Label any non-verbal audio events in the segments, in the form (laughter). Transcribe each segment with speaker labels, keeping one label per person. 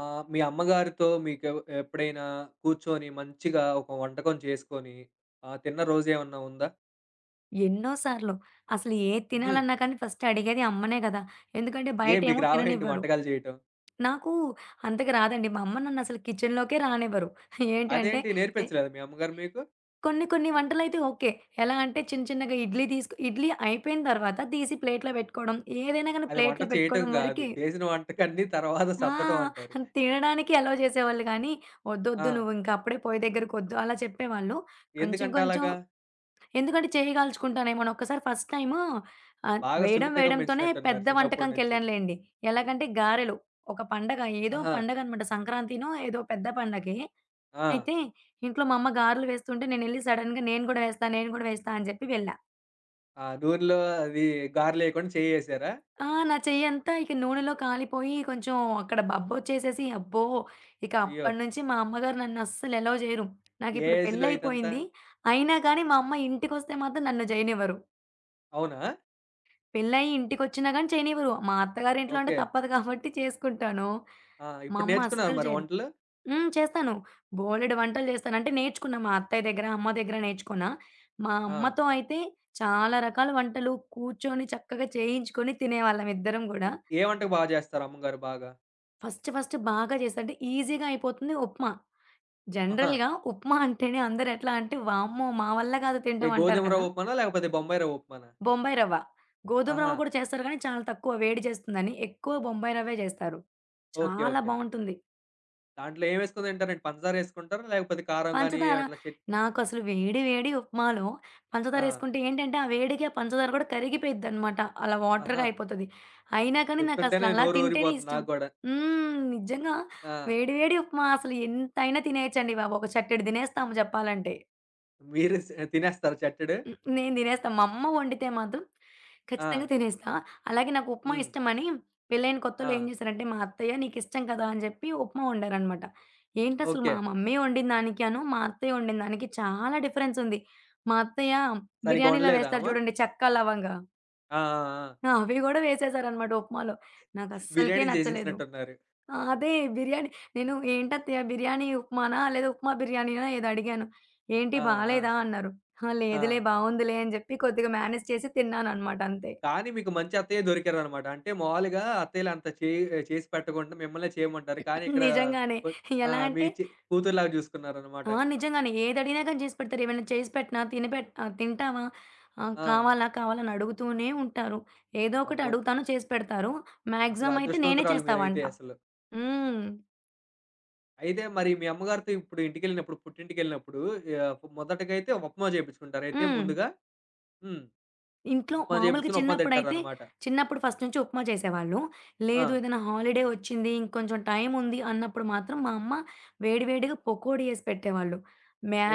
Speaker 1: మీ అమ్మగారితో ఎప్పుడైనా కూర్చొని మంచిగా ఒక వంటకం చేసుకొని తిన్న రోజేమన్నా ఉందా?
Speaker 2: ఎన్నో సార్లు. అసలు ఏది
Speaker 1: హుహు.
Speaker 2: తినాలన్నా కానీ ఫస్ట్ అడిగేది అమ్మనే గదా! ఎందుకంటే
Speaker 1: ఏ మీకు
Speaker 2: బయటేమో
Speaker 1: రావేంటి
Speaker 2: తిననివ్వరు.
Speaker 1: వంటకాలు చేయటం?
Speaker 2: నాకు అంతగా రాదండి. మా అమ్మ నన్నసలు కిచెన్‌లోకే రానివ్వరు. ఏంటంటే
Speaker 1: అదేంటి
Speaker 2: చె
Speaker 1: నేర్పించలేదా మీ అమ్మగారు మీకు?
Speaker 2: కొన్ని కొన్ని వంటలైతే ఓకే. ఎలా అంటే చిన్న చిన్నగా ఇడ్లీ తీసుకు ఇడ్లీ అయిపోయిన తర్వాత తీసి ప్లేట్‌లో పెట్టుకోవడం. ఏదైనా గానీ
Speaker 1: అది వంట
Speaker 2: ప్లేట్‌లో
Speaker 1: చేయటం
Speaker 2: పెట్టుకోవడం
Speaker 1: గాదు.
Speaker 2: వరకే.
Speaker 1: చేసిన వంటకాన్ని తర్వాత
Speaker 2: ఆ!
Speaker 1: సద్దటం అంటారు.
Speaker 2: తినడానికి అలౌ చేసేవాళ్ళు గానీ, "ఒద్దొద్దు
Speaker 1: ఆ!
Speaker 2: నువ్వు ఇంకా అప్పుడే పొయ్యి దగ్గరకొద్దు" అలా చెప్పేవాళ్ళు. కొంచెం
Speaker 1: ఎందుకంట
Speaker 2: కొంచెం
Speaker 1: అలాగా?
Speaker 2: ఎందుకంటే చెయ్యి కాల్చుకుంటానేమో అని ఒక్కసారి ఫస్ట్ టైము
Speaker 1: బాగా
Speaker 2: వేయడం
Speaker 1: సున్నితంగా
Speaker 2: వేయడంతోనే
Speaker 1: పెంచినట్టున్నారు
Speaker 2: పెద్ద
Speaker 1: చిన్నప్పటి నుంచి.
Speaker 2: వంటకంకెళ్ళానులేండి. ఎలాగంటే గారెలు. ఒక పండగ ఏదో
Speaker 1: ఆహా!
Speaker 2: పండగనమాట సంక్రాంతినో ఏదో పెద్ద పండగే.
Speaker 1: ఆ!
Speaker 2: అయితే ఇంట్లో మా అమ్మ గారెలు వేస్తుంటే నేనెళ్లి సడెన్‌గా నేను గూడా వేస్తా, నేను గూడా వేస్తా అని చెప్పి వెళ్ళా.
Speaker 1: ఆ నూనెలో అది గారెలేయకుండా చేయ్యేసారా?
Speaker 2: ఆ! నా చెయ్యంతా ఇక నూనెలో కాలిపోయి కొంచెం అక్కడ బబ్బొచ్చేసేసి అబ్బో! ఇక
Speaker 1: అయ్యో!
Speaker 2: అప్పటినుంచి మా అమ్మగారు నన్నస్సలు అలౌ జెయ్యరు.
Speaker 1: ఏ
Speaker 2: నాకిప్పుడు
Speaker 1: ఏజ్‌లో ఇదంతా?
Speaker 2: పెళ్లయిపోయింది. అయినా గానీ మా అమ్మ ఇంటికొస్తే మాత్రం నన్ను జెయనివ్వరు.
Speaker 1: అవునా?
Speaker 2: పెళ్లయ్యి ఇంటికొచ్చినా గాని చేయనివ్వరు. మా అత్తగారింట్లో అంటే
Speaker 1: ఓకే.
Speaker 2: తప్పదు కాబట్టి చేసుకుంటాను.
Speaker 1: ఆ!
Speaker 2: మా
Speaker 1: ఇప్పుడు
Speaker 2: అమ్మ
Speaker 1: నేర్చుకున్నారా
Speaker 2: అస్సలు
Speaker 1: మరి
Speaker 2: చేయదు.
Speaker 1: వంటలు?
Speaker 2: హ్మ్. చేస్తాను. బోలెడు వంటలు చేస్తాను. అంటే నేర్చుకున్నా మా అత్తయ్య దగ్గర, అమ్మ దగ్గర నేర్చుకున్నా. మా
Speaker 1: ఆ!
Speaker 2: అమ్మతో అయితే చాలా రకాల వంటలు కూర్చొని చక్కగా చేయించుకొని తినేవాళ్ళం ఇద్దరం గూడా.
Speaker 1: ఏ ఏ వంటకు బాగా జేస్తారు అమ్మగారు బాగా?
Speaker 2: ఫస్ట్ ఫస్ట్ బాగా చేశా. అంటే ఈజీగా అయిపోతుంది ఉప్మా.
Speaker 1: ఆహా!
Speaker 2: జనరల్‌గా ఉప్మా అంటేనే అందరెట్లా అంటే వామ్మో! మా వల్ల కాదు
Speaker 1: ఏ
Speaker 2: తినటం అంటారు
Speaker 1: గోధుమ
Speaker 2: కదా!
Speaker 1: రవ్వ ఉప్మానా? లేకపోతే బొంబాయి రవ్వ ఉప్మానా?
Speaker 2: బొంబాయి రవ్వ. గోధుమ
Speaker 1: ఆహా!
Speaker 2: రవ్వ కూడా చేస్తారు కానీ చాలా తక్కువ వేడి చేస్తుందని. ఎక్కువ బొంబాయి రవ్వే చేస్తారు.
Speaker 1: ఓకే.
Speaker 2: చాలా
Speaker 1: ఓకే.
Speaker 2: బావుంటుంది.
Speaker 1: దాంట్లో ఏమేసుకొని తింటారండి? పంచదార ఏసుకుంటారా? లేకపోతే కారం గాని
Speaker 2: పంచదార
Speaker 1: అట్లా
Speaker 2: నాకసలు వేడి వేడి ఉప్మాలో
Speaker 1: ఆ!
Speaker 2: పంచదారేసుకుంటే ఏంటంటే, ఆ వేడికి ఆ పంచదార కూడా కరిగిపోయిద్దనమాట. అలా వాటర్‌గా
Speaker 1: ఆహా!
Speaker 2: అయిపోతది. అయినా కానీ నాకసలు
Speaker 1: చెప్తుంటేనే
Speaker 2: అలా
Speaker 1: నోరు
Speaker 2: తింటేనే
Speaker 1: ఊరిపోతుంది
Speaker 2: ఇష్టం.
Speaker 1: నాకు గూడా.
Speaker 2: హ్మ్. నిజంగా
Speaker 1: ఆ!
Speaker 2: వేడి వేడి ఉప్మా అసలు ఎంతైనా తినేయొచ్చండి బాబు. ఒక చట్టెడు తినేస్తాము చెప్పాలంటే.
Speaker 1: మీరు తినేస్తారా చట్టెడు?
Speaker 2: హ్మ్. నేను తినేస్తా. మా అమ్మ వండితే మాత్రం ఖచ్చితంగా
Speaker 1: ఆ!
Speaker 2: తినేస్తా. అలాగే నాకు ఉప్మా
Speaker 1: హ్మ్.
Speaker 2: ఇష్టమని పెళ్లైన
Speaker 1: ఆ!
Speaker 2: కొత్తలో ఏం చేశారంటే, మా అత్తయ్య నీకిష్టం కదా! అని చెప్పి ఉప్మా వండారనమాట. ఏంటసలు
Speaker 1: ఓకే.
Speaker 2: మా మమ్మీ వండిన దానికను, మా అత్తయ్య వండిన దానికి చాలా డిఫరెన్స్ ఉంది. మా అత్తయ్య
Speaker 1: సరిగ్గా
Speaker 2: బిర్యానీలో
Speaker 1: వండలేదా ఆమ?
Speaker 2: వేస్తారు చూడండి చెక్క, లవంగా.
Speaker 1: ఆ! ఆ! ఆ!
Speaker 2: ఆ! అవి గూడా వేసేసారనమాట ఉప్మాలో. నాకస్సలకే
Speaker 1: బిర్యానీ
Speaker 2: నచ్చలేదు.
Speaker 1: చేసేసినట్టున్నారు.
Speaker 2: ఆ! అదే బిర్యానీ నేను "ఏంటత్తయ్య బిర్యానీ ఉప్మానా? లేదా ఉప్మా బిర్యానీనా?" ఏదో అడిగాను. "ఏంటి
Speaker 1: ఆ! ఆ!
Speaker 2: బాలేదా?" అన్నారు. "ఆ!
Speaker 1: ఆ!
Speaker 2: లేదులే బావుందిలే" అని జెప్పి కొద్దిగా మేనేజ్ చేసి తిన్నాననమాట అంతే.
Speaker 1: కానీ మీకు మంచి అత్తయ్య దొరికారనమాట. అంటే మామూలుగా అత్తయ్యలు అంత చేసి పెట్టకుండా మిమ్మల్నే చేయమంటారు. కానీ ఇక్కడ
Speaker 2: నిజంగానే.
Speaker 1: కొ
Speaker 2: ఎలా
Speaker 1: మీ
Speaker 2: అంటే
Speaker 1: కూతురులాగా చూసుకున్నారనమాట.
Speaker 2: ఆ! నిజంగానే. ఏదడిగినా గాని చేసి పెడతారు. ఏమైనా చేసి పెట్టినా తింటావా? ఆ!
Speaker 1: ఆ!
Speaker 2: కావాలా? కావాలా? అని అడుగుతూనే ఉంటారు. ఏదో ఒకటి
Speaker 1: అబ్బో!
Speaker 2: అడుగుతాను చేసి పెడతారు.
Speaker 1: అసలు
Speaker 2: మాక్సిమం అయితే నేనే
Speaker 1: అదృష్టవంతురాలు
Speaker 2: చేస్తా
Speaker 1: మీరైతే
Speaker 2: వంట.
Speaker 1: అసలు.
Speaker 2: హ్మ్.
Speaker 1: అయితే మరి మీ అమ్మగారితో ఇప్పుడు ఇంటికెళ్ళినప్పుడు, పుట్టింటికెళ్ళినప్పుడు మొదటగా అయితే ఉప్మా చేపించుకుంటారు అయితే
Speaker 2: హ్మ్.
Speaker 1: ముందుగా. హ్మ్.
Speaker 2: ఇంట్లో
Speaker 1: ఉప్మా
Speaker 2: మామూలుగా
Speaker 1: చేపించుకొని ఉప్మా
Speaker 2: చిన్నప్పుడైతే
Speaker 1: తింటారనమాట.
Speaker 2: చిన్నప్పుడు ఫస్ట్ నుంచి ఉప్మా చేసేవాళ్ళు.
Speaker 1: ఆ!
Speaker 2: లేదు ఏదైనా హాలిడే వచ్చింది, ఇంకొంచెం టైముంది అన్నప్పుడు మాత్రం మా అమ్మ వేడి వేడిగా పకోడీ ఏసి పెట్టేవాళ్ళు.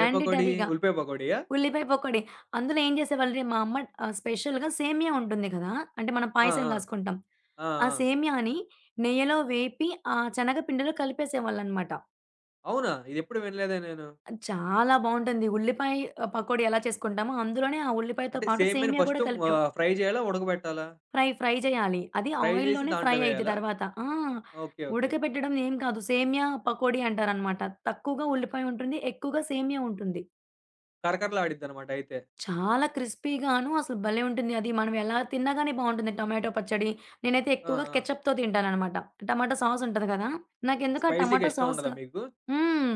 Speaker 1: ఏ పకోడీ? ఉల్లిపాయ పకోడీయా?
Speaker 2: ఉల్లిపాయ పకోడీ. అందులో ఏం చేసేవాళ్ళంటే మా అమ్మ స్పెషల్‌గా సేమియా ఉంటుంది కదా! అంటే మనం
Speaker 1: ఆ!
Speaker 2: పాయసం
Speaker 1: ఆ!
Speaker 2: కాసుకుంటాం.
Speaker 1: ఆ!
Speaker 2: ఆ
Speaker 1: ఆ!
Speaker 2: సేమియాని నెయ్యిలో వేపి ఆ శనగపిండిలో కలిపేసేవాళ్ళనమాట.
Speaker 1: అవునా? ఇదెప్పుడు వినలేదే నేను.
Speaker 2: అది చాలా బావుంటుంది. ఉల్లిపాయ పకోడీ ఎలా చేసుకుంటామో అందులోనే ఆ ఉల్లిపాయతో
Speaker 1: అంటే
Speaker 2: పాటు
Speaker 1: సేమియాని
Speaker 2: సేమియా కూడా
Speaker 1: ఫస్టు
Speaker 2: కలిపేవా
Speaker 1: ఫ్రై చేయాలా? ఉడకబెట్టాలా?
Speaker 2: ఫ్రై చేయాలి. అది
Speaker 1: ఫ్రై జేసి
Speaker 2: ఆయిల్‌లోనే ఫ్రై
Speaker 1: దాంట్లో
Speaker 2: అయిద్ది
Speaker 1: వేయాలా?
Speaker 2: తర్వాత. ఆ!
Speaker 1: ఓకే. ఓకే.
Speaker 2: ఉడకబెట్టడం ఏం కాదు. సేమ్యా పకోడీ అంటారనమాట. తక్కువగా ఉల్లిపాయ ఉంటుంది. ఎక్కువగా సేమ్యా ఉంటుంది.
Speaker 1: కరకరలాడిద్దనమాట అయితే.
Speaker 2: చాలా క్రిస్పీగాను అసలు భలే ఉంటుంది. అది మనం ఎలా తిన్నా గాని బావుంటుంది. టొమాటో పచ్చడి. నేనైతే
Speaker 1: ఆ!
Speaker 2: ఎక్కువగా
Speaker 1: ఆ!
Speaker 2: కెచప్‌తో తింటాననమాట. టమాటా సాస్ ఉంటది కదా! నాకెందుకో ఆ
Speaker 1: స్పైసీగా
Speaker 2: టమాటా
Speaker 1: ఇష్టం
Speaker 2: సాస్
Speaker 1: ఉండదా మీకు?
Speaker 2: హ్మ్.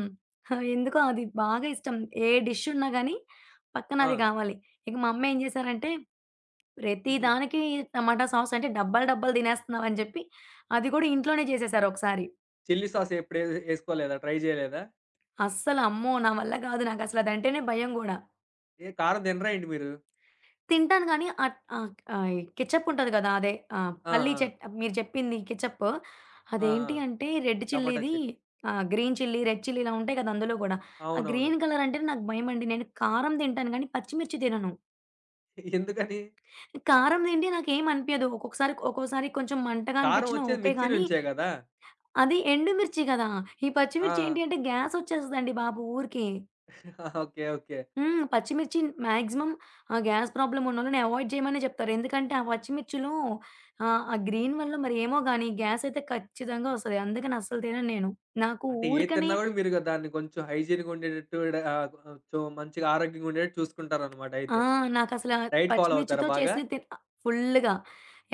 Speaker 2: ఎందుకో అది బాగా ఇష్టం. ఏ డిష్ ఉన్నా గాని పక్కన
Speaker 1: ఆ!
Speaker 2: అది కావాలి. ఇక మా అమ్మ ఏం చేశారంటే ప్రతి
Speaker 1: హుహు.
Speaker 2: దానికి టమాటా సాస్ అంటే డబ్బాలు, డబ్బాలు తినేస్తున్నావని జెప్పి, అది గూడా ఇంట్లోనే చేసేసారు ఒకసారి.
Speaker 1: చిల్లీ సాస్ ఎప్పుడు ఏసుకోలేదా? ట్రై జేయలేదా?
Speaker 2: అస్సలు అమ్మో! నా వల్ల గాదు. నాకసలు అదంటేనే భయం గూడా.
Speaker 1: ఏ కారం తినరా ఏంటి మీరు?
Speaker 2: తింటాను గానీ ఈ కెచప్ ఉంటది గదా! అదే
Speaker 1: ఆ!
Speaker 2: పల్లీ
Speaker 1: ఆ!
Speaker 2: చట్ మీరు జెప్పింది కెచప్
Speaker 1: ఆ! ఆ!
Speaker 2: అదేంటి అంటే రెడ్
Speaker 1: టమాటా
Speaker 2: చిల్లీది
Speaker 1: chutney.
Speaker 2: Green chilli, red chilli ఇలా ఉంటాయి గదా! అందులో గూడా. ఆ
Speaker 1: అవునవును.
Speaker 2: గ్రీన్ కలర్ అంటేనే నాకు భయమండి. నేను కారం తింటాను గానీ పచ్చిమిర్చి తినను.
Speaker 1: ఎందుకని?
Speaker 2: కారం తింటే నాకేం అనిపియదు. ఒక్కొక్కసారి ఒక్కోసారి కొంచెం మంటగా
Speaker 1: కారం
Speaker 2: అనిపించినా
Speaker 1: ఒచ్చేది
Speaker 2: ఓకే
Speaker 1: మిర్చి
Speaker 2: గానీ
Speaker 1: నుంచే గదా!
Speaker 2: అది ఎండుమిర్చి గదా! ఈ పచ్చిమిర్చి
Speaker 1: ఆ!
Speaker 2: ఏంటి అంటే గ్యాసొచ్చేస్తదండి బాబు ఊరికే.
Speaker 1: ఓకే. ఓకే.
Speaker 2: హ్మ్. పచ్చిమిర్చి మాక్సిమం గ్యాస్ ప్రాబ్లమ్ ఉన్నోళ్ళని అవాయిడ్ చేయమనే చెప్తారు. ఎందుకంటే ఆ పచ్చిమిర్చిలో ఆ గ్రీన్ వల్ల మరేమో గాని గ్యాసయితే ఖచ్చితంగా వస్తది. అందుకని అస్సలు తినను నేను. నాకు
Speaker 1: అంటే ఏది
Speaker 2: ఊరికనే
Speaker 1: తిన్నా గూడా మీరు గ దాన్ని కొంచెం హైజీన్‌గా ఉండేటట్టు కొంచెం మంచిగా ఆరోగ్యంగా ఉండేటట్టు చూసుకుంటారనమాట
Speaker 2: ఆ!
Speaker 1: అయితే.
Speaker 2: నాకసల
Speaker 1: డైట్ ఫాలో అవుతారా
Speaker 2: పచ్చిమిర్చితో
Speaker 1: బాగా?
Speaker 2: చేసినయి తిన్ ఆహ్, ఫుల్లుగా.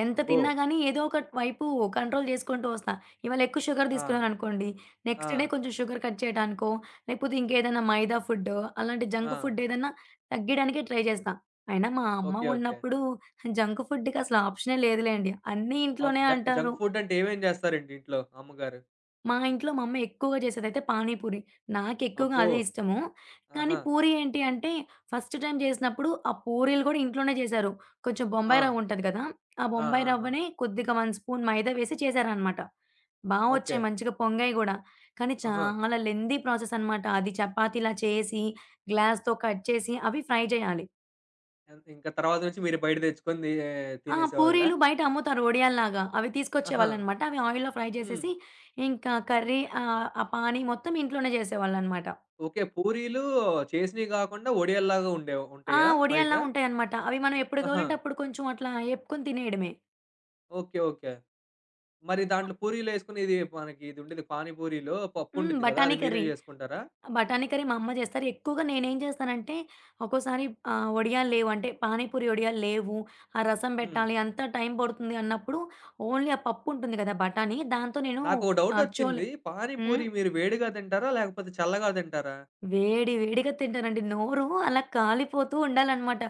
Speaker 2: ఎంత
Speaker 1: అబ్బో!
Speaker 2: తిన్నా గానీ ఏదో ఒక వైపు కంట్రోల్ జేసుకుంటూ వస్తా. ఇవాళ ఎక్కువ షుగర్
Speaker 1: ఆ!
Speaker 2: తీసుకున్నాననుకోండి,
Speaker 1: ఆ!
Speaker 2: నెక్స్ట్ డే కొంచెం షుగర్ కట్ చేయడానికో, లేకపోతే ఇంకేదైనా మైదా ఫుడ్డో, అలాంటి
Speaker 1: ఆ!
Speaker 2: జంక్ ఫుడ్ ఏదన్నా తగ్గియడానికే ట్రై జేస్తా. అయినా మా అమ్మ
Speaker 1: ఓకే. ఓకే.
Speaker 2: ఉన్నప్పుడు జంక్ ఫుడ్‌కి అసలు ఆప్షనే లేదులేండి. అన్నీ ఇంట్లోనే అంటారు.
Speaker 1: జంక్ ఫుడ్ అంటే ఏమేం జేస్తారండి ఇంట్లో అమ్మగారు?
Speaker 2: మా ఇంట్లో మా అమ్మ ఎక్కువగా చేసేదైతే పానీపూరి. నాకెక్కువగా
Speaker 1: అబ్బో!
Speaker 2: అదే ఇష్టము. కానీ
Speaker 1: ఆహా!
Speaker 2: పూరి ఏంటి అంటే, ఫస్ట్ టైమ్ చేసినప్పుడు ఆ పూరీలు గూడా ఇంట్లోనే చేశారు. కొంచెం
Speaker 1: ఆ!
Speaker 2: బొంబాయి రవ్వుంటది గదా! ఆ
Speaker 1: ఆ!
Speaker 2: బొంబాయి
Speaker 1: ఆ! ఆ!
Speaker 2: రవ్వని కొద్దిగా 1 స్పూన్ మైదా వేసి చేశారనమాట. బా
Speaker 1: ఓకే.
Speaker 2: వచ్చాయి మంచిగా పొంగాయి గూడా. కానీ
Speaker 1: ఆహా!
Speaker 2: చాలా లెంథీ ప్రాసెస్ అనమాట. అది చపాతీలా చేసి, గ్లాస్‌తో కట్ చేసి, అవి ఫ్రై చేయాలి.
Speaker 1: ఇంకా తర్వాత నుంచి మీరు బయట తెచ్చుకొని
Speaker 2: ఆ!
Speaker 1: తినేసేవాళ్ళా?
Speaker 2: పూరీలు బయట అమ్ముతారు వడియాల్లాగా. అవి
Speaker 1: ఆహా!
Speaker 2: తీసుకొచ్చేవాళ్ళనమాట. అవి ఆయిల్‌లో ఫ్రై
Speaker 1: హ్మ్.
Speaker 2: చేసేసి, ఇంకా కర్రీ ఆ పానీ మొత్తం ఇంట్లోనే చేసేవాళ్ళనమాట.
Speaker 1: ఓకే. పూరీలు చేసినయి గాకుండా వడియాల్లాగా
Speaker 2: ఆ!
Speaker 1: ఉంటాయా బయట?
Speaker 2: వడియాల్లా ఉంటాయనమాట. అవి మనం ఎప్పుడు
Speaker 1: ఆహా!
Speaker 2: కావాలంటే అప్పుడు కొంచెం అట్లా ఏపుకొని తినేయడమే.
Speaker 1: ఓకే. ఓకే. మరి దాంట్లో పూరీలేసుకొని ఇది మనకి ఉండేది పానీ పూరిలో పప్పు
Speaker 2: హ్మ్.
Speaker 1: ఉండిద్ది గదా!
Speaker 2: బఠానీ
Speaker 1: అది మీరే
Speaker 2: కర్రీ.
Speaker 1: జేసుకుంటారా?
Speaker 2: బఠానీ కర్రీ మా అమ్మ చేస్తారు. ఎక్కువగా నేనేం చేస్తానంటే, ఒక్కోసారి వడియాలు లేవు అంటే పానీపూరి వడియాలు లేవు, ఆ రసం
Speaker 1: హ్మ్.
Speaker 2: పెట్టాలి అంతా టైం పడుతుంది అన్నప్పుడు, ఓన్లీ ఆ పప్పు ఉంటుంది కదా! బఠానీ దాంతో నేను
Speaker 1: నాకో
Speaker 2: చోలే
Speaker 1: డౌటొచ్చింది. పానీ
Speaker 2: హ్మ్.
Speaker 1: పూరి మీరు వేడిగా తింటారా? లేకపోతే చల్లగా తింటారా?
Speaker 2: వేడి వేడిగా తింటానండి. నోరు అలా కాలిపోతూ ఉండాలనమాట.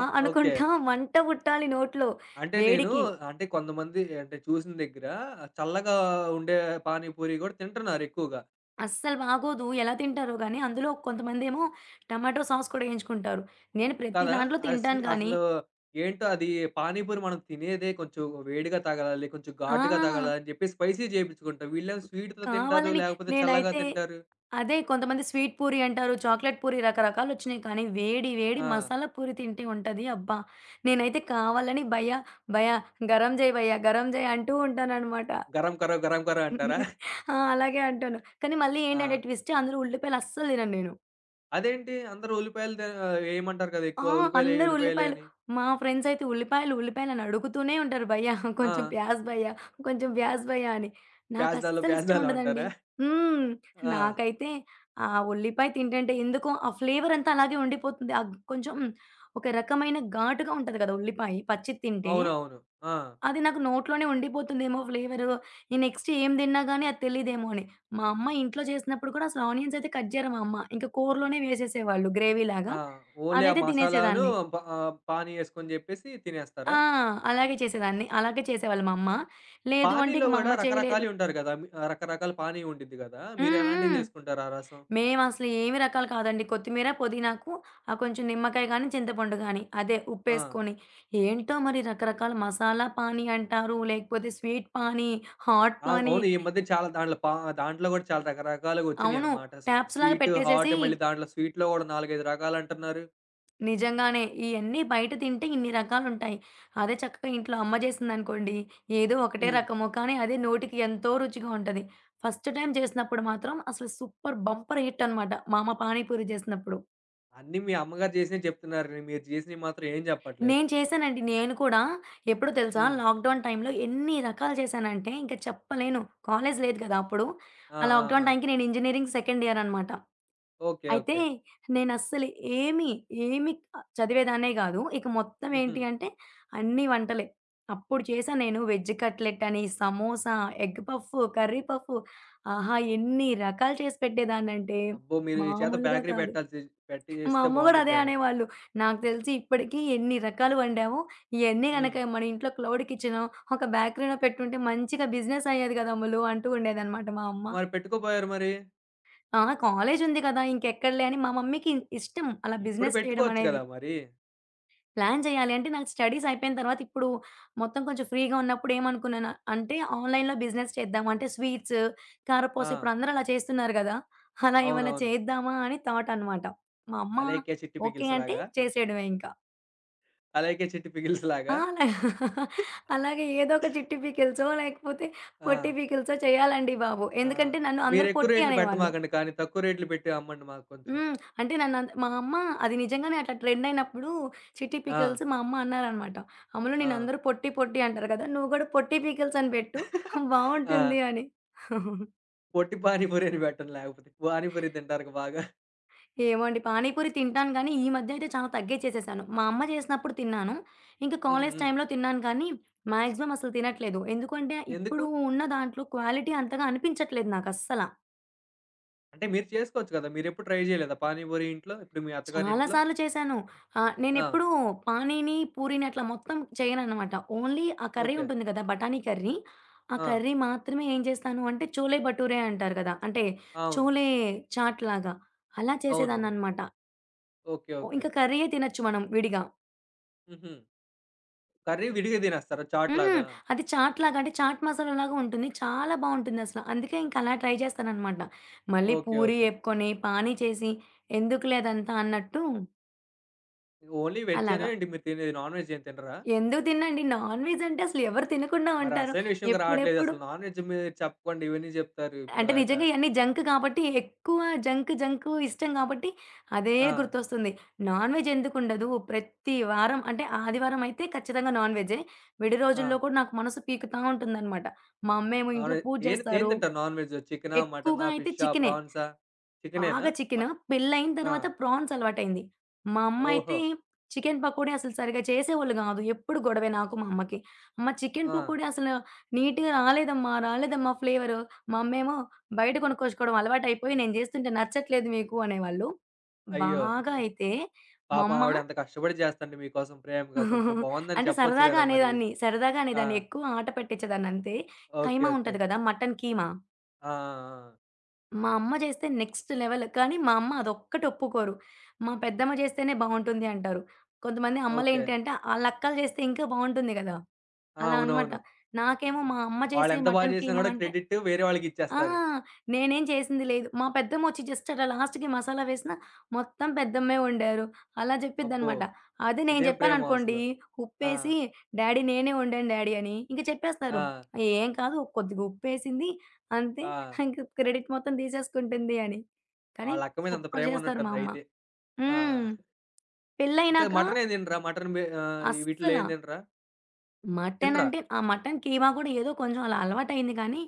Speaker 2: ఆ!
Speaker 1: ఓకే.
Speaker 2: అనుకుంటా మంట పుట్టాలి నోట్లో
Speaker 1: అంటే నేను
Speaker 2: వేడికి.
Speaker 1: అంటే కొంతమంది అంటే చూసిన దగ్గర చల్లగా ఉండే పానీపూరి కూడా తింటున్నారు ఎక్కువగా.
Speaker 2: అస్సలు బాగోదు. ఎలా తింటారో గానీ, అందులో కొంతమందేమో టమాటో సాస్ కూడా ఎయించుకుంటారు. నేను ప్రతి
Speaker 1: కదా!
Speaker 2: దాంట్లో
Speaker 1: అది
Speaker 2: తింటాను గానీ
Speaker 1: అసలు ఏంటో అది పానీపూరి మనం తినేదే కొంచెం వేడిగా తగలాలి, కొంచెం
Speaker 2: ఆ!
Speaker 1: ఘాటుగా తగలాలి అని చెప్పి స్పైసీ చేపించుకుంటాం. వీళ్ళేమో స్వీట్‌తో తింటారు,
Speaker 2: కావాలని
Speaker 1: లేకపోతే చల్లగా
Speaker 2: నేనైతే
Speaker 1: తింటారు.
Speaker 2: అదే కొంతమంది స్వీట్ పూరి అంటారు. చాక్లేట్ పూరి రకరకాలొచ్చినియి. కానీ వేడి వేడి
Speaker 1: ఆ!
Speaker 2: మసాలా పూరి తింటే ఉంటది. అబ్బా! నేనైతే కావాలని భయ్యా, భయ్యా గరం జై భయ్యా, గరం జై అంటూ ఉంటాననమాట.
Speaker 1: గరం కరో, గరం కరో అంటారా?
Speaker 2: (laughs) ఆ! అలాగే అంటాను. కానీ మళ్ళీ ఏంటంటే
Speaker 1: ఆ!
Speaker 2: ట్విస్ట్ అందులో ఉల్లిపాయలు అస్సలు తినను నేను.
Speaker 1: అదేంటి అందరూ ఉల్లిపాయలు తే ఏయమంటారు కదా!
Speaker 2: ఆ!
Speaker 1: ఎక్కువ ఉల్లిపాయలేయి,
Speaker 2: అందరూ
Speaker 1: ఉల్లిపాయలేయి
Speaker 2: ఉల్లిపాయలు.
Speaker 1: అని.
Speaker 2: మా ఫ్రెండ్స్ అయితే ఉల్లిపాయలు, ఉల్లిపాయలని అడుగుతూనే ఉంటారు భయ్యా,
Speaker 1: ఆ!
Speaker 2: కొంచెం ప్యాజ్ భయ్యా, కొంచెం ప్యాజ్ భయ్యా అని.
Speaker 1: ప్యాజ్ డాలో,
Speaker 2: నాకస్సలు
Speaker 1: ప్యాజ్
Speaker 2: ఇష్టం
Speaker 1: డాలో
Speaker 2: ఉండదండి.
Speaker 1: అంటారా?
Speaker 2: హ్మ్.
Speaker 1: ఆ!
Speaker 2: నాకైతే ఆ ఉల్లిపాయ తింటంటే ఎందుకో ఆ ఫ్లేవర్ అంతా అలాగే ఉండిపోతుంది. కొంచెం ఒక రకమైన ఘాటుగా ఉంటది కదా! ఉల్లిపాయ పచ్చిది తింటే.
Speaker 1: అవునవును. ఆ!
Speaker 2: అది నాకు నోట్లోనే ఉండిపోతుందేమో ఫ్లేవరు. నేను నెక్స్ట్ ఏం తిన్నా గాని అది తెలీదేమో అని. మా అమ్మ ఇంట్లో చేసినప్పుడు కూడా అసలు ఆనియన్స్ అయితే కట్ చేయరు మా అమ్మ. ఇంకా కూరలోనే వేసేసేవాళ్ళు
Speaker 1: ఆ!
Speaker 2: గ్రేవీలాగా.
Speaker 1: ఓన్లీ ఆ
Speaker 2: అదైతే
Speaker 1: మసాలాను
Speaker 2: తినేసేదాన్ని.
Speaker 1: పానీ యేసుకొని జెప్పేసి తినేస్తారా?
Speaker 2: ఆ! అలాగే చేసేదాన్ని. అలాగే చేసేవాళ్ళు మా అమ్మ. లేదు అంటే
Speaker 1: పానీలో
Speaker 2: ఇక మా
Speaker 1: గూడా
Speaker 2: అమ్మ చేయలేదు
Speaker 1: రకరకాలియి ఉంటారు గదా! మీ రకరకాల పానీ ఉండిద్ది గదా!
Speaker 2: హ్మ్.
Speaker 1: మీరెలాంటివి
Speaker 2: హ్మ్.
Speaker 1: జేసుకుంటారు ఆ రసం?
Speaker 2: మేమసలు ఏమి రకాలు కాదండి. కొత్తిమీర, పుదీనాకు ఆ కొంచెం నిమ్మకాయ గాని, చింతపండు గాని అదే
Speaker 1: ఆ!
Speaker 2: ఉప్పేసుకొని. ఏంటో మరి రకరకాల మసాలా పానీ అంటారు. లేకపోతే స్వీట్ పానీ, హాట్
Speaker 1: ఆ!
Speaker 2: పానీ
Speaker 1: అవును. ఈ మధ్య చాలా దాంట్లో దాంట్లో గూడా చాలా
Speaker 2: అవును.
Speaker 1: రకరకాలుగొచ్చినియనమాట.
Speaker 2: ట్యాప్స్‌లాగా
Speaker 1: స్వీటు, హాట్
Speaker 2: పెట్టేసేసి
Speaker 1: మళ్ళీ దాంట్లో స్వీట్‌లో గూడా 4, 5 రకాలంటున్నారు.
Speaker 2: నిజంగానే. ఇయన్నీ బయట తింటే ఇన్ని రకాలుంటాయి. అదే చక్కగా ఇంట్లో అమ్మ చేసిందనుకోండి, ఏదో ఒకటే
Speaker 1: హ్మ్.
Speaker 2: రకము, కానీ అదే నోటికి ఎంతో రుచిగా ఉంటది. ఫస్ట్ టైమ్ చేసినప్పుడు మాత్రం అసలు సూపర్ బంపర్ హిట్ అనమాట మా అమ్మ పానీపూరి చేసినప్పుడు.
Speaker 1: అన్నీ మీ అమ్మగారు జేసినియి చెప్తున్నారు. మీరు జేసినియి మాత్రం ఏం జెప్పట్లేదు.
Speaker 2: నేను చేశానండి. నేను కూడా ఎప్పుడో తెలుసా?
Speaker 1: హ్మ్.
Speaker 2: లాక్‌డౌన్ టైమ్‌లో ఎన్ని రకాలు చేశానంటే ఇంక చెప్పలేను. కాలేజ్ లేదు కదా! అప్పుడు.
Speaker 1: ఆ!
Speaker 2: ఆ
Speaker 1: ఆ! ఆ!
Speaker 2: లాక్‌డౌన్ టైమ్‌కి నేను ఇంజినీరింగ్ సెకండ్ ఇయర్ అనమాట.
Speaker 1: ఓకే.
Speaker 2: అయితే
Speaker 1: ఓకే.
Speaker 2: నేనస్సలు ఏమి, ఏమి చదివేదాన్నే గాదు. ఇక మొత్తం
Speaker 1: హుహు.
Speaker 2: ఏంటి అంటే అన్ని వంటలే. అప్పుడు చేశా నేను వెజ్ కట్లెట్ అని, samosa, egg puff, curry puff ఆహా! ఎన్ని రకాలు చేసి పెట్టేదాన్నంటే
Speaker 1: అబ్బో! మీరు ఈ చేత
Speaker 2: మామూలుగా
Speaker 1: బేకరీ
Speaker 2: కాదు.
Speaker 1: బెట్టాల్సి పెట్టి
Speaker 2: మా
Speaker 1: జేస్తే
Speaker 2: అమ్మ గూడా అదే
Speaker 1: బావుండిద్దేమో.
Speaker 2: అనేవాళ్ళు. నాకు తెలిసి ఇప్పటికి ఎన్ని రకాలు వండామో, ఇయన్నీ
Speaker 1: హ్మ్.
Speaker 2: గనక మన ఇంట్లో క్లౌడ్ కిచెనో, ఒక బేకరీనో పెట్టుంటే మంచిగా బిజినెస్ అయ్యేది గదమ్ములు అంటూ ఉండేదనమాట మా అమ్మ.
Speaker 1: మరి పెట్టుకోపోయారు మరి?
Speaker 2: ఆ! కాలేజ్ ఉంది కదా! ఇంకెక్కడిలే అని మా మమ్మీకి ఇష్టం అలా
Speaker 1: ఇప్పుడు
Speaker 2: బిజినెస్ చేయడం
Speaker 1: పెట్టుకోవచ్చు
Speaker 2: అనేది.
Speaker 1: కదా మరి.
Speaker 2: ప్లాన్ చేయాలి అంటే నాకు స్టడీస్ అయిపోయిన తర్వాత ఇప్పుడు మొత్తం కొంచెం ఫ్రీగా ఉన్నప్పుడు ఏమనుకున్నాను అంటే ఆన్‌లైన్‌లో బిజినెస్ చేద్దాం. అంటే స్వీట్స్, కారపూస
Speaker 1: ఆ!
Speaker 2: ఇప్పుడు అందరూ అలా చేస్తున్నారు గదా! అలా ఏమైనా
Speaker 1: అవునవును.
Speaker 2: చేద్దామా అని థాట్ అనమాట. మా అమ్మ
Speaker 1: 'అలైకే చిట్టి
Speaker 2: ఓకే అంటే
Speaker 1: పికిల్స్‌లాగా,
Speaker 2: చేసేయడమే ఇంక.
Speaker 1: అలైకే చిట్టి
Speaker 2: ఆ!
Speaker 1: పికిల్స్‌లాగా.'
Speaker 2: (laughs) అలాగే ఏదో ఒక చిట్టి పీకిల్సో, లేకపోతే
Speaker 1: ఆ!
Speaker 2: పొట్టి పీకిల్సో చేయాలండి బాబు.
Speaker 1: ఆ!
Speaker 2: ఎందుకంటే నన్ను అందరూ
Speaker 1: మీరెక్కువ
Speaker 2: పొట్టి
Speaker 1: రేట్లు
Speaker 2: అనేవాళ్ళు.
Speaker 1: పెట్టమాకండి కానీ, తక్కువ రేట్లు పెట్టి అమ్మండి మాకు కొంచెం.
Speaker 2: హ్మ్. అంటే నన్ను అంద్ మా అమ్మ అది నిజంగానే అట్లా ట్రెండ్ అయినప్పుడు చిట్టి
Speaker 1: ఆ!
Speaker 2: పికిల్స్ మా అమ్మ అన్నారనమాట. "అమ్ములు
Speaker 1: ఆ!
Speaker 2: నిన్నందరూ పొట్టి పొట్టి అంటారు కదా! నువ్వు గూడా పొట్టి పీకిల్స్ అని పెట్టు
Speaker 1: ఆ!
Speaker 2: బావుంటుంది" అని.
Speaker 1: పొట్టి పానీపూరి అని పెట్టండి లేకపోతే. పానీపూరి తింటారుగా బాగా.
Speaker 2: ఏమో అండి. పానీపూరి తింటాను గానీ, ఈ మధ్య అయితే చాలా తగ్గిచ్చేసేసాను. మా అమ్మ చేసినప్పుడు తిన్నాను. ఇంకా
Speaker 1: హ్మ్.
Speaker 2: కాలేజ్
Speaker 1: హ్మ్.
Speaker 2: టైమ్‌లో తిన్నాను కానీ, మాక్సిమం అసలు తినట్లేదు. ఎందుకంటే,
Speaker 1: ఎందుకు?
Speaker 2: ఇప్పుడు ఉన్న దాంట్లో క్వాలిటీ అంతగా అనిపించట్లేదు నాకస్సల.
Speaker 1: అంటే మీరు చేసుకోవచ్చు కదా! మీరెప్పుడు ట్రై చేయలేదా పానీపూరి ఇంట్లో? ఇప్పుడు మీ
Speaker 2: చాలా
Speaker 1: అత్తగారింట్లో?
Speaker 2: సార్లు చేశాను.
Speaker 1: ఆ!
Speaker 2: నేనెప్పుడూ పానీని, పూరీని అట్లా మొత్తం చేయననమాట. ఓన్లీ ఆ కర్రీ
Speaker 1: ఓకే.
Speaker 2: ఉంటుంది కదా! బఠానీ కర్రీ. ఆ
Speaker 1: ఆ!
Speaker 2: కర్రీ మాత్రమే ఏం చేస్తాను అంటే, చోలే భటూరే అంటారు కదా! అంటే,
Speaker 1: అవును.
Speaker 2: చోలే చాట్ లాగా అలా
Speaker 1: అవునవును.
Speaker 2: చేసేదాన్ననమాట.
Speaker 1: ఓకే.
Speaker 2: ఓ
Speaker 1: ఓకే.
Speaker 2: ఇంకా కర్రీయే తినొచ్చు మనం విడిగా.
Speaker 1: హుహు. కర్రీ విడిగా తినేస్తారా చాట్
Speaker 2: హ్మ్.
Speaker 1: లాగా?
Speaker 2: అది చాట్‌లాగా అంటే చాట్ మసాలాలాగా ఉంటుంది. చాలా బావుంటుందసల. అందుకే ఇంక అలా ట్రై చేస్తాననమాట. మళ్ళీ
Speaker 1: ఓకే.
Speaker 2: పూరి
Speaker 1: ఓకే.
Speaker 2: ఏపుకొని, పానీ చేసి ఎందుకులే అదంతా అన్నట్టు
Speaker 1: ఓన్లీ వెజ్జేనా
Speaker 2: అలాగా.
Speaker 1: ఏంటి మీరు తినేది? నాన్ వెజ్ ఏం తినరా?
Speaker 2: ఎందుకు తిన్నండి నాన్ వెజ్ అంటే అసలు ఎవరు తినకుండా
Speaker 1: మరి
Speaker 2: ఉంటారు.
Speaker 1: అసలైన విషయంకి రావట్లేదు.
Speaker 2: ఎప్పుడెప్పుడు
Speaker 1: అసలు నాన్ వెజ్ మీరు చెప్పకుండా ఇవన్నీ జెప్తారు
Speaker 2: అంటే
Speaker 1: ఇప్పటిదాకా.
Speaker 2: నిజంగా ఇయన్నీ జంక్ కాబట్టి ఎక్కువ జంక్ జంకు ఇష్టం కాబట్టి అదే
Speaker 1: ఆ!
Speaker 2: గుర్తొస్తుంది. నాన్ వెజ్ ఎందుకుండదు ప్రతి వారం అంటే ఆదివారం అయితే ఖచ్చితంగా నాన్ వెజ్జే. విడి
Speaker 1: ఆ!
Speaker 2: రోజుల్లో కూడా నాకు మనసు పీకుతా ఉంటుందనమాట. మా అమ్మేమో
Speaker 1: నాన్
Speaker 2: ఇంట్లో
Speaker 1: వెజ్
Speaker 2: పూజ
Speaker 1: ఏం ఏం
Speaker 2: చేస్తారు.
Speaker 1: తింటారు నాన్ వెజ్? చికెనా? మటనా?
Speaker 2: ఎక్కువగా అయితే
Speaker 1: ఫిషా?
Speaker 2: చికెనే.
Speaker 1: ప్రాన్సా? చికెనేనా?
Speaker 2: బాగా చికెను.
Speaker 1: మట్
Speaker 2: పెళ్లయిన
Speaker 1: ఆ!
Speaker 2: తర్వాత ప్రాన్స్ అలవాటయింది. మా అమ్మ అయితే
Speaker 1: ఓహో!
Speaker 2: చికెన్ పకోడీ అసలు సరిగ్గా చేసేవాళ్ళు గాదు. ఎప్పుడు గొడవే నాకు, మా అమ్మకి. "అమ్మ చికెన్
Speaker 1: ఆ!
Speaker 2: పకోడీ అసలు నీట్‌గా రాలేదమ్మా, రాలేదమ్మా ఫ్లేవరు." మా అమ్మేమో "బయట కొనుక్కొచ్చుకోవడం అలవాటయిపోయి నేను జేస్తుంటే నచ్చట్లేదు మీకు" అనేవాళ్ళు.
Speaker 1: అయ్యో!
Speaker 2: బాగా అయితే మా
Speaker 1: పాపం
Speaker 2: అమ్మ
Speaker 1: ఆవిడ అంత కష్టపడి జేస్తంది మీకోసం ప్రేమగా. కొంచెం
Speaker 2: (laughs)
Speaker 1: బావుందని
Speaker 2: అంటే
Speaker 1: చెప్పొచ్చు
Speaker 2: సరదాగా
Speaker 1: గదా మరి.
Speaker 2: అనేదాన్ని, సరదాగా
Speaker 1: ఆ!
Speaker 2: అనేదాన్ని. ఎక్కువ ఆట పెట్టించేదాన్నంతే.
Speaker 1: ఓకే.
Speaker 2: కైమా
Speaker 1: ఓకే.
Speaker 2: ఉంటది గదా! మటన్ కీమా.
Speaker 1: ఆ! ఆ! ఆ!
Speaker 2: మా అమ్మ చేస్తే నెక్స్ట్ లెవెల్. కానీ మా అమ్మ అదొక్కటి ఒప్పుకోరు. మా పెద్దమ్మ చేస్తేనే బావుంటుంది అంటారు. కొంతమంది
Speaker 1: ఓకే.
Speaker 2: అమ్మలేంటి అంటే ఆళ్ళక్కలు చేస్తే ఇంకా బావుంటుంది గదా!
Speaker 1: ఆ!
Speaker 2: అలా అనమాట.
Speaker 1: అవునవును.
Speaker 2: నాకేమో మా అమ్మ చేసే
Speaker 1: వాళ్ళెంత బా
Speaker 2: మటన్
Speaker 1: చేసినా
Speaker 2: కీమా
Speaker 1: గూడా
Speaker 2: అంటే
Speaker 1: క్రెడిట్ వేరే
Speaker 2: ఆ!
Speaker 1: వాళ్ళకిచ్చేస్తారు.
Speaker 2: నేనేం చేసింది లేదు. మా పెద్దమ్మొచ్చి జస్ట్ అట్లా లాస్ట్‌కి మసాలా వేసినా, మొత్తం పెద్దమ్మే వండారు. అలా
Speaker 1: అబ్బో!
Speaker 2: చెప్పిద్దనమాట. అదే నేను
Speaker 1: ఇదేం ప్రేమో
Speaker 2: జెప్పాననుకోండి,
Speaker 1: అసలు. ఆ!
Speaker 2: ఉప్పేసి డ్యాడీ నేనే వండాను డ్యాడీ అని, ఇంక
Speaker 1: ఆ!
Speaker 2: చెప్పేస్తారు. ఏం కాదు కొద్దిగా ఉప్పేసింది అంతే
Speaker 1: ఆ!
Speaker 2: ఇంక క్రెడిట్ మొత్తం తీసేసుకుంటుంది అని. కానీ
Speaker 1: వాళ్ళక్క మీద అంత
Speaker 2: సూపర్ చేస్తారు మా అమ్మ.
Speaker 1: ప్రేమన్నట్టుందయితే. ఆ!
Speaker 2: హ్మ్.
Speaker 1: ఇంకా
Speaker 2: పెళ్లయినాక
Speaker 1: మటనేం తినరా? మటన్ వీటిలో
Speaker 2: అస్సల
Speaker 1: ఏం తినరా?
Speaker 2: మటన్
Speaker 1: తినరా?
Speaker 2: అంటే ఆ మటన్ కీమా కూడా ఏదో కొంచెం అలా అలవాటయింది కానీ,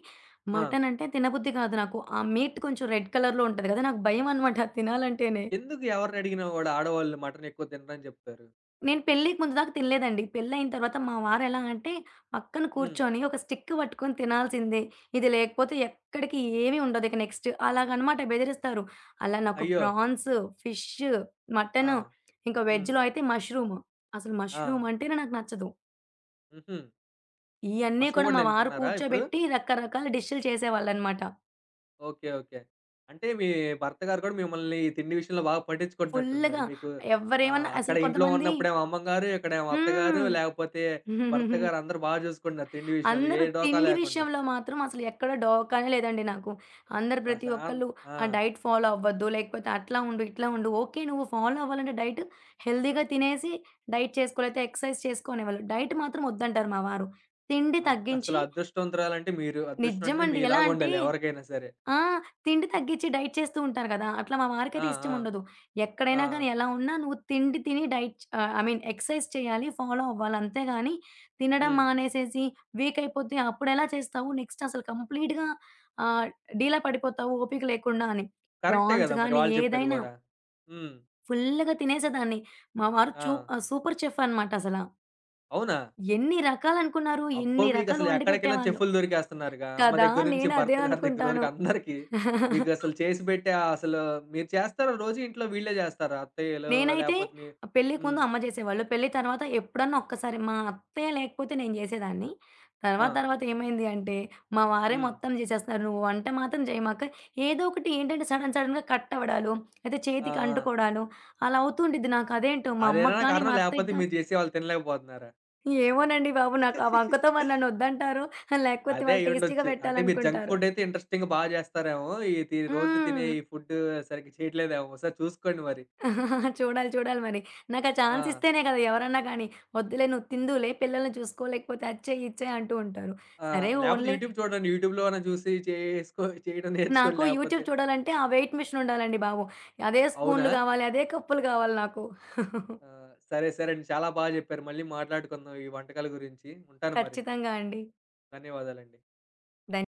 Speaker 1: ఆ!
Speaker 2: మటన్ అంటే తినబుద్ధి కాదు నాకు. ఆ మీట్ కొంచెం రెడ్ కలర్‌లో ఉంటది కదా! నాకు భయం అనమాట అది తినాలంటేనే.
Speaker 1: ఎందుకు ఎవరినడిగినా గూడా ఆడవాళ్ళు మటనెక్కువ తినరని జెప్తారు.
Speaker 2: నేను పెళ్ళికి ముందు దాకా తినలేదండి. పెళ్ళయిన తర్వాత మా వారు ఎలా అంటే పక్కన
Speaker 1: హ్మ్.
Speaker 2: కూర్చొని ఒక స్టిక్ పట్టుకొని తినాల్సిందే. ఇది లేకపోతే ఎక్కడికి ఏమి ఉండదు ఇక నెక్స్ట్ అలాగనమాట బెదిరిస్తారు. అలా నాకు
Speaker 1: అయ్యో!
Speaker 2: ప్రాన్స్, ఫిష్,
Speaker 1: ఆ!
Speaker 2: మటన్ ఇంకా
Speaker 1: హ్మ్.
Speaker 2: వెజ్‌లో అయితే మష్రూమ్. అసలు
Speaker 1: ఆ!
Speaker 2: మష్రూమ్ అంటేనే నాకు నచ్చదు.
Speaker 1: హుహు.
Speaker 2: ఇయన్నీ
Speaker 1: మష్రూమ్
Speaker 2: కూడా
Speaker 1: గూడా
Speaker 2: మా వారు
Speaker 1: తింటున్నారా ఇప్పుడు?
Speaker 2: కూర్చోబెట్టి రకరకాల డిష్‌లు చేసేవాళ్ళనమాట.
Speaker 1: ఓకే. ఓకే. అంటే మీ భర్త గారు కూడా మిమ్మల్ని ఈ తిండి విషయంలో బాగా పట్టించుకుంటున్నట్టున్నారు.
Speaker 2: ఫుల్‌గా
Speaker 1: మీకు
Speaker 2: ఎవ్వరేమన్నా
Speaker 1: అక్కడ
Speaker 2: అసలు
Speaker 1: ఇంట్లో
Speaker 2: కొంతమంది
Speaker 1: ఉన్నప్పుడేమో అమ్మగారు, ఇక్కడేమో అత్తగారు,
Speaker 2: హ్మ్.
Speaker 1: లేకపోతే భర్త
Speaker 2: (laughs)
Speaker 1: గారు అందరూ బాగా చూసుకుంటున్నారు తిండి విషయంలో. ఏ
Speaker 2: అందరూ
Speaker 1: డోకా
Speaker 2: తిండి
Speaker 1: లేకుండా.
Speaker 2: విషయంలో మాత్రం అసలు ఎక్కడ డోకానే లేదండి నాకు. అందరూ ప్రతి
Speaker 1: ప్రశాం
Speaker 2: ఒక్కళ్ళు
Speaker 1: ఆ!
Speaker 2: ఆ డైట్ ఫాలో అవ్వద్దు, లేకపోతే అట్లా ఉండు, ఇట్లా ఉండు. ఓకే. నువ్వు ఫాలో అవ్వాలంటే డైట్ హెల్తీగా తినేసి డైట్ చేసుకోవాలి. లేతే ఎక్సర్సైజ్ చేసుకోనివ్వాలి. డైట్ మాత్రం వద్దంటారు మా వారు. తిండి
Speaker 1: అసలు
Speaker 2: తగ్గించి
Speaker 1: అదృష్టవంతురాలంటే మీరు. అదృష్టం అంటే
Speaker 2: నిజమండి. ఎలా అంటే
Speaker 1: మీలాగుండాలి ఎవరికైనా సరే.
Speaker 2: ఆ! తిండి తగ్గిచ్చి డైట్ చేస్తూ ఉంటారు గదా! అట్లా మా వారికైతే
Speaker 1: ఆ! ఆ!
Speaker 2: ఇష్టముండదు.
Speaker 1: ఆ!
Speaker 2: ఎక్కడైనా గానీ ఎలా ఉన్నా నువ్వు తిండి తిని ఐ మీన్ ఎక్సర్‌సైజ్ చేయాలి, ఫాలో అవ్వాలి. అంతేగాని తినడం
Speaker 1: హ్మ్.
Speaker 2: మానేసేసి వీక్ అయిపోతే అప్పుడెలా చేస్తావు? నెక్స్ట్ అసలు కంప్లీట్‌గా ఆహ్, డీలా పడిపోతావు ఓపిక లేకుండా అని.
Speaker 1: కరెక్టే
Speaker 2: ప్రాన్స్
Speaker 1: గదా! మరి
Speaker 2: గానీ
Speaker 1: వాళ్ళు చెప్పేది
Speaker 2: ఏదైనా
Speaker 1: గూడా. హ్మ్.
Speaker 2: ఫుల్‌గా తినేసేదాన్ని. మా వారు
Speaker 1: ఆ!
Speaker 2: చూ ఆహ్, సూపర్ చెఫ్ అనమాట అసల.
Speaker 1: అవునా?
Speaker 2: ఎన్ని రకాలనుకున్నారు?
Speaker 1: అబ్బో!
Speaker 2: ఎన్ని రకాలు
Speaker 1: మీకసలు
Speaker 2: వండి
Speaker 1: ఎక్కడికెళ్ళినా
Speaker 2: పెట్టేవాళ్ళు.
Speaker 1: చెఫ్‌లు దొరికేస్తున్నారుగా. అమ్మ
Speaker 2: కదా!
Speaker 1: దగ్గర నుంచి,
Speaker 2: నేను
Speaker 1: భర్త
Speaker 2: అదే
Speaker 1: గారి దగ్గర
Speaker 2: అనుకుంటాను.
Speaker 1: వరకు అందరికి. మీకసలు చేసి పెట్టే ఆ అసలు మీరు చేస్తారా రోజు ఇంట్లో వీళ్ళే చేస్తారా? అత్తయ్యలు
Speaker 2: నేనైతే
Speaker 1: లేపోతే మీ
Speaker 2: పెళ్ళికి
Speaker 1: హ్మ్.
Speaker 2: ముందు అమ్మ చేసేవాళ్ళు. పెళ్లి తర్వాత ఎప్పుడన్నా ఒక్కసారి మా అత్తయ్య లేకపోతే నేను చేసేదాన్ని.
Speaker 1: ఆ!
Speaker 2: తర్వాత తర్వాత ఏమైంది అంటే, మా వారే
Speaker 1: హ్మ్.
Speaker 2: మొత్తం చేసేస్తున్నారు. నువ్వు వంట మాత్రం చేయమాక. ఏదో ఒకటి ఏంటంటే సడెన్‌గా కట్ అవ్వడాలు, అయితే
Speaker 1: ఆ! ఆ!
Speaker 2: చేతికి అంటుకోవడాలు అలా అవుతుండిద్ది. నాకు అదేంటో మా
Speaker 1: అదేనా
Speaker 2: అమ్మకి గాని,
Speaker 1: కారణం?
Speaker 2: మా
Speaker 1: లేపోతే
Speaker 2: అత్తయ్యకి గాని
Speaker 1: మీరు చేసి వాళ్ళు తినలేకపోతున్నారా?
Speaker 2: ఏమోనండి బాబు నాకు ఆ వంకతో మరి నన్ను వద్దంటారో, లేకపోతే
Speaker 1: అదే
Speaker 2: వాళ్ళు టేస్టీగా
Speaker 1: అయ్యుండొచ్చు. అంటే మీరు జంక్
Speaker 2: పెట్టాలనుకుంటారు.
Speaker 1: ఫుడ్ అయితే ఇంట్రెస్టింగ్‌గా బా చేస్తారేమో. ఇది రోజు తినే
Speaker 2: హ్మ్.
Speaker 1: ఈ ఫుడ్ సరిగ్గా చేయట్లేదేమో. ఒకసారి చూసుకోండి మరి.
Speaker 2: చూడాలి. చూడాలి మరి. నాకా
Speaker 1: ఆ!
Speaker 2: ఛాన్స్ ఇస్తేనే కదా ఎవరన్నా కానీ, "వద్దులే నువ్వు తిందువులే, పిల్లల్ని చూసుకో, లేకపోతే అది చెయి, ఇది చెయి" అంటూ ఉంటారు.
Speaker 1: ఆ!
Speaker 2: సరే
Speaker 1: లేపోతే
Speaker 2: ఓన్లీ
Speaker 1: యూట్యూబ్ చూడండి. యూట్యూబ్‌లోన చూసి చేయడం నేర్చుకోండి
Speaker 2: నాకు
Speaker 1: లేపోతే.
Speaker 2: యూట్యూబ్ చూడాలంటే ఆ వెయిట్ మెషీన్ ఉండాలండి బాబు. అదే
Speaker 1: అవునా?
Speaker 2: స్పూన్‌లు కావాలి, అదే కప్పులు కావాలి నాకు. (laughs)
Speaker 1: ఆ! సరే, సరే అండి. చాలా బాగా జెప్పారు. మళ్ళీ మాట్లాడుకుందాం ఈ వంటకాల గురించి. ఉంటాను మరి.
Speaker 2: ఖచ్చితంగా అండి.
Speaker 1: ధన్యవాదాలండి.
Speaker 2: ధన్